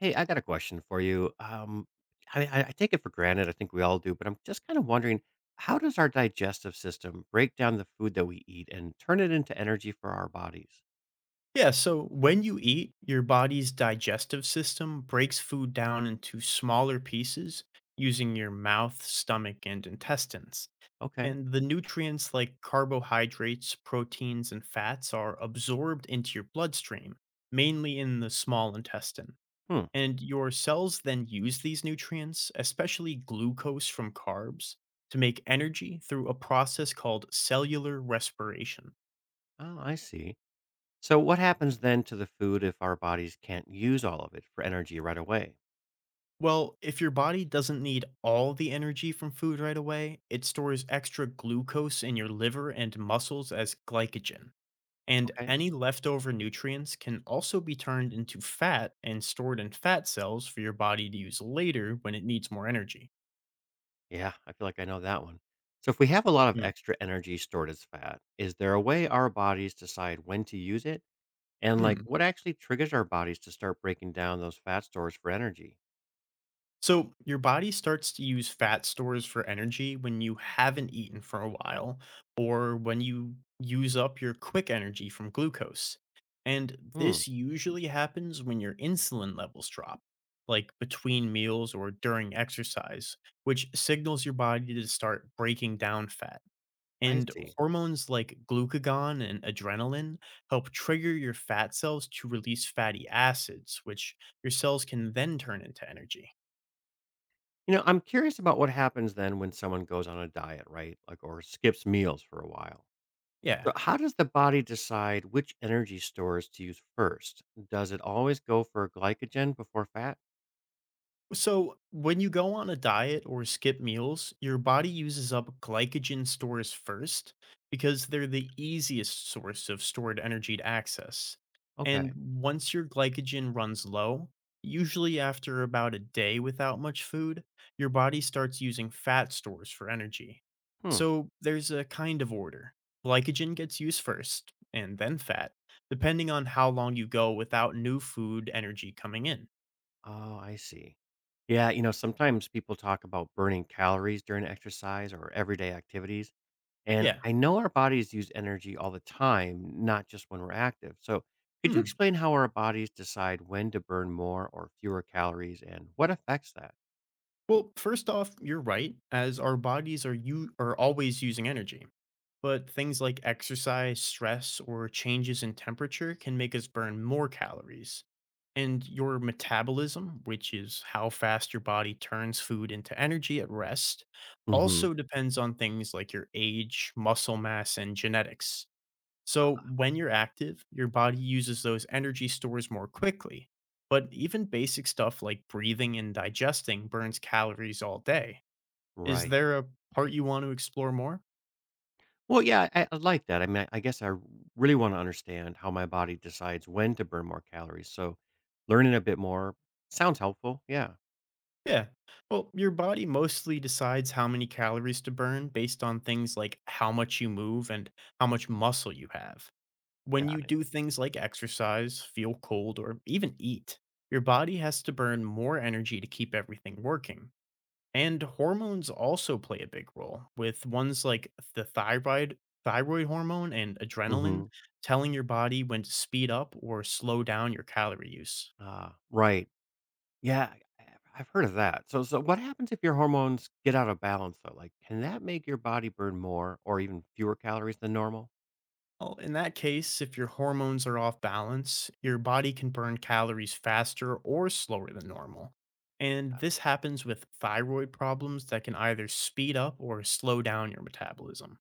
Hey, I got a question for you. I take it for granted. I think we all do, but I'm just kind of wondering, how does our digestive system break down the food that we eat and turn it into energy for our bodies? Yeah, so when you eat, your body's digestive system breaks food down into smaller pieces using your mouth, stomach, and intestines. Okay. And the nutrients like carbohydrates, proteins, and fats are absorbed into your bloodstream, mainly in the small intestine. Hmm. And your cells then use these nutrients, especially glucose from carbs, to make energy through a process called cellular respiration. Oh, I see. So, what happens then to the food if our bodies can't use all of it for energy right away? Well, if your body doesn't need all the energy from food right away, it stores extra glucose in your liver and muscles as glycogen. And Okay. any leftover nutrients can also be turned into fat and stored in fat cells for your body to use later when it needs more energy. Yeah, I feel like I know that one. So, if we have a lot of extra energy stored as fat, is there a way our bodies decide when to use it? And, like, Hmm. what actually triggers our bodies to start breaking down those fat stores for energy? So, your body starts to use fat stores for energy when you haven't eaten for a while, or when you use up your quick energy from glucose. And Hmm, this usually happens when your insulin levels drop, like between meals or during exercise, which signals your body to start breaking down fat. I And see. hormones like glucagon and adrenaline help trigger your fat cells to release fatty acids, which your cells can then turn into energy. You know, I'm curious about what happens then when someone goes on a diet, right? Like, or skips meals for a while. Yeah. So, how does the body decide which energy stores to use first? Does it always go for glycogen before fat? So, when you go on a diet or skip meals, your body uses up glycogen stores first because they're the easiest source of stored energy to access. Okay. And once your glycogen runs low, usually after about a day without much food, your body starts using fat stores for energy. Hmm. So, there's a kind of order glycogen gets used first, and then fat, depending on how long you go without new food energy coming in. Oh, I see. Yeah, you know, sometimes people talk about burning calories during exercise or everyday activities. And Yeah. I know our bodies use energy all the time, not just when we're active. So, could you Hmm. explain how our bodies decide when to burn more or fewer calories and what affects that? Well, first off, you're right, as our bodies are you are always using energy. But things like exercise, stress, or changes in temperature can make us burn more calories. And your metabolism, which is how fast your body turns food into energy at rest, Hmm. also depends on things like your age, muscle mass, and genetics. So, when you're active, your body uses those energy stores more quickly. But even basic stuff like breathing and digesting burns calories all day. Is Right. there a part you want to explore more? Well, yeah, I like that. I mean, I guess I really want to understand how my body decides when to burn more calories. So, learning a bit more sounds helpful. Yeah. Yeah. Well, your body mostly decides how many calories to burn based on things like how much you move and how much muscle you have. When you Got it. do things like exercise, feel cold, or even eat, your body has to burn more energy to keep everything working. And hormones also play a big role, with ones like thyroid hormone and adrenaline Hmm. telling your body when to speed up or slow down your calorie use. Ah, right. Yeah, I have heard of that. So what happens if your hormones get out of balance though? Like, can that make your body burn more or even fewer calories than normal? Well, in that case, if your hormones are off balance, your body can burn calories faster or slower than normal. And Got it. this happens with thyroid problems that can either speed up or slow down your metabolism.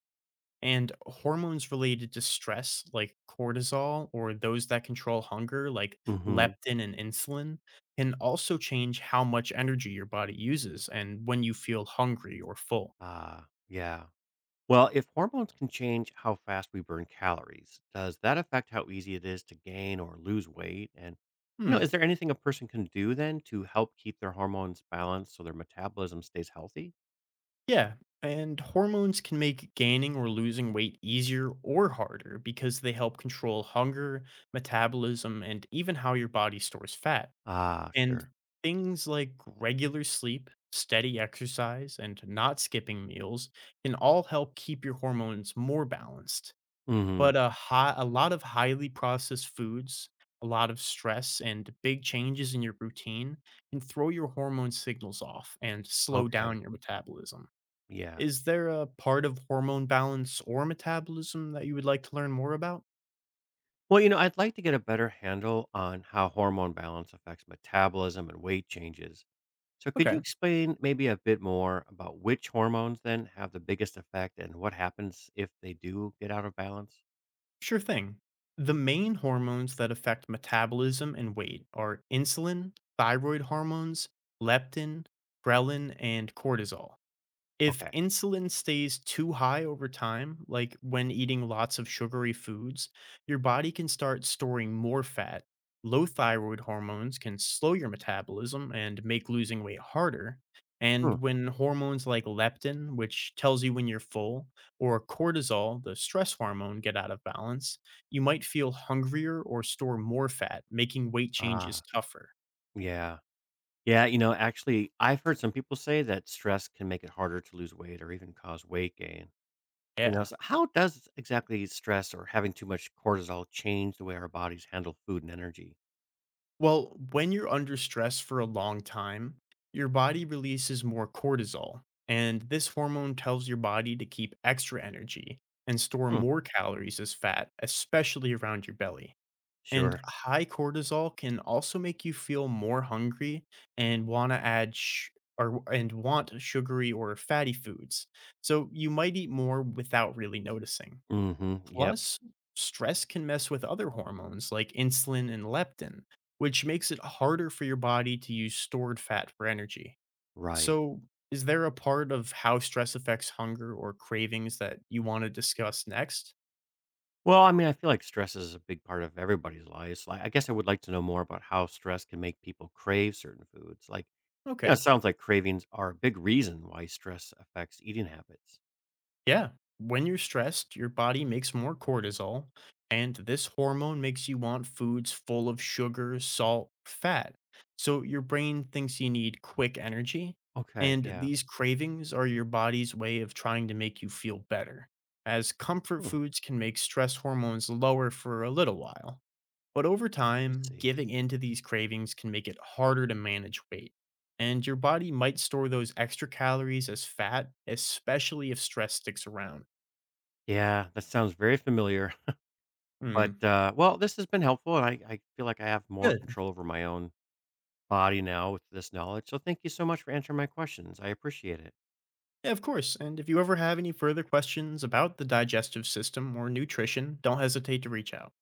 And hormones related to stress, like cortisol, or those that control hunger, like Mm-hmm. leptin and insulin, can also change how much energy your body uses and when you feel hungry or full. Ah, yeah. Well, if hormones can change how fast we burn calories, does that affect how easy it is to gain or lose weight? And, you know, Hmm. is there anything a person can do then to help keep their hormones balanced so their metabolism stays healthy? Yeah. And hormones can make gaining or losing weight easier or harder because they help control hunger, metabolism, and even how your body stores fat. Ah, And sure. things like regular sleep, steady exercise, and not skipping meals can all help keep your hormones more balanced. Mm-hmm. But a lot of highly processed foods, a lot of stress, and big changes in your routine can throw your hormone signals off and slow Okay. down your metabolism. Yeah. Is there a part of hormone balance or metabolism that you would like to learn more about? Well, you know, I'd like to get a better handle on how hormone balance affects metabolism and weight changes. So, could you Okay. explain maybe a bit more about which hormones then have the biggest effect and what happens if they do get out of balance? Sure thing. The main hormones that affect metabolism and weight are insulin, thyroid hormones, leptin, ghrelin, and cortisol. If Okay. insulin stays too high over time, like when eating lots of sugary foods, your body can start storing more fat. Low thyroid hormones can slow your metabolism and make losing weight harder. Hmm. And when hormones like leptin, which tells you when you're full, or cortisol, the stress hormone, get out of balance, you might feel hungrier or store more fat, making weight changes Ah, tougher. yeah. Yeah, you know, actually, I've heard some people say that stress can make it harder to lose weight or even cause weight gain. You know, Yeah. so how does exactly stress or having too much cortisol change the way our bodies handle food and energy? Well, when you're under stress for a long time, your body releases more cortisol, and this hormone tells your body to keep extra energy and store Hmm. more calories as fat, especially around your belly. And Sure. high cortisol can also make you feel more hungry and want to add sh- or and want sugary or fatty foods. So you might eat more without really noticing. Mm-hmm. Yep. Plus, stress can mess with other hormones like insulin and leptin, which makes it harder for your body to use stored fat for energy. Right. So, is there a part of how stress affects hunger or cravings that you want to discuss next? Well, I mean, I feel like stress is a big part of everybody's lives. Like, I guess I would like to know more about how stress can make people crave certain foods. Like, you know, it Okay. sounds like cravings are a big reason why stress affects eating habits. Yeah. When you're stressed, your body makes more cortisol, and this hormone makes you want foods full of sugar, salt, fat. So your brain thinks you need quick energy, Okay, and yeah. these cravings are your body's way of trying to make you feel better, as comfort Hmm, foods can make stress hormones lower for a little while. But over let's time, see. giving in to these cravings can make it harder to manage weight and your body might store those extra calories as fat, especially if stress sticks around. Yeah, that sounds very familiar. Hmm. But well, this has been helpful, and I feel like I have more Good. control over my own body now with this knowledge. So, thank you so much for answering my questions. I appreciate it. Yeah, of course. And if you ever have any further questions about the digestive system or nutrition, don't hesitate to reach out.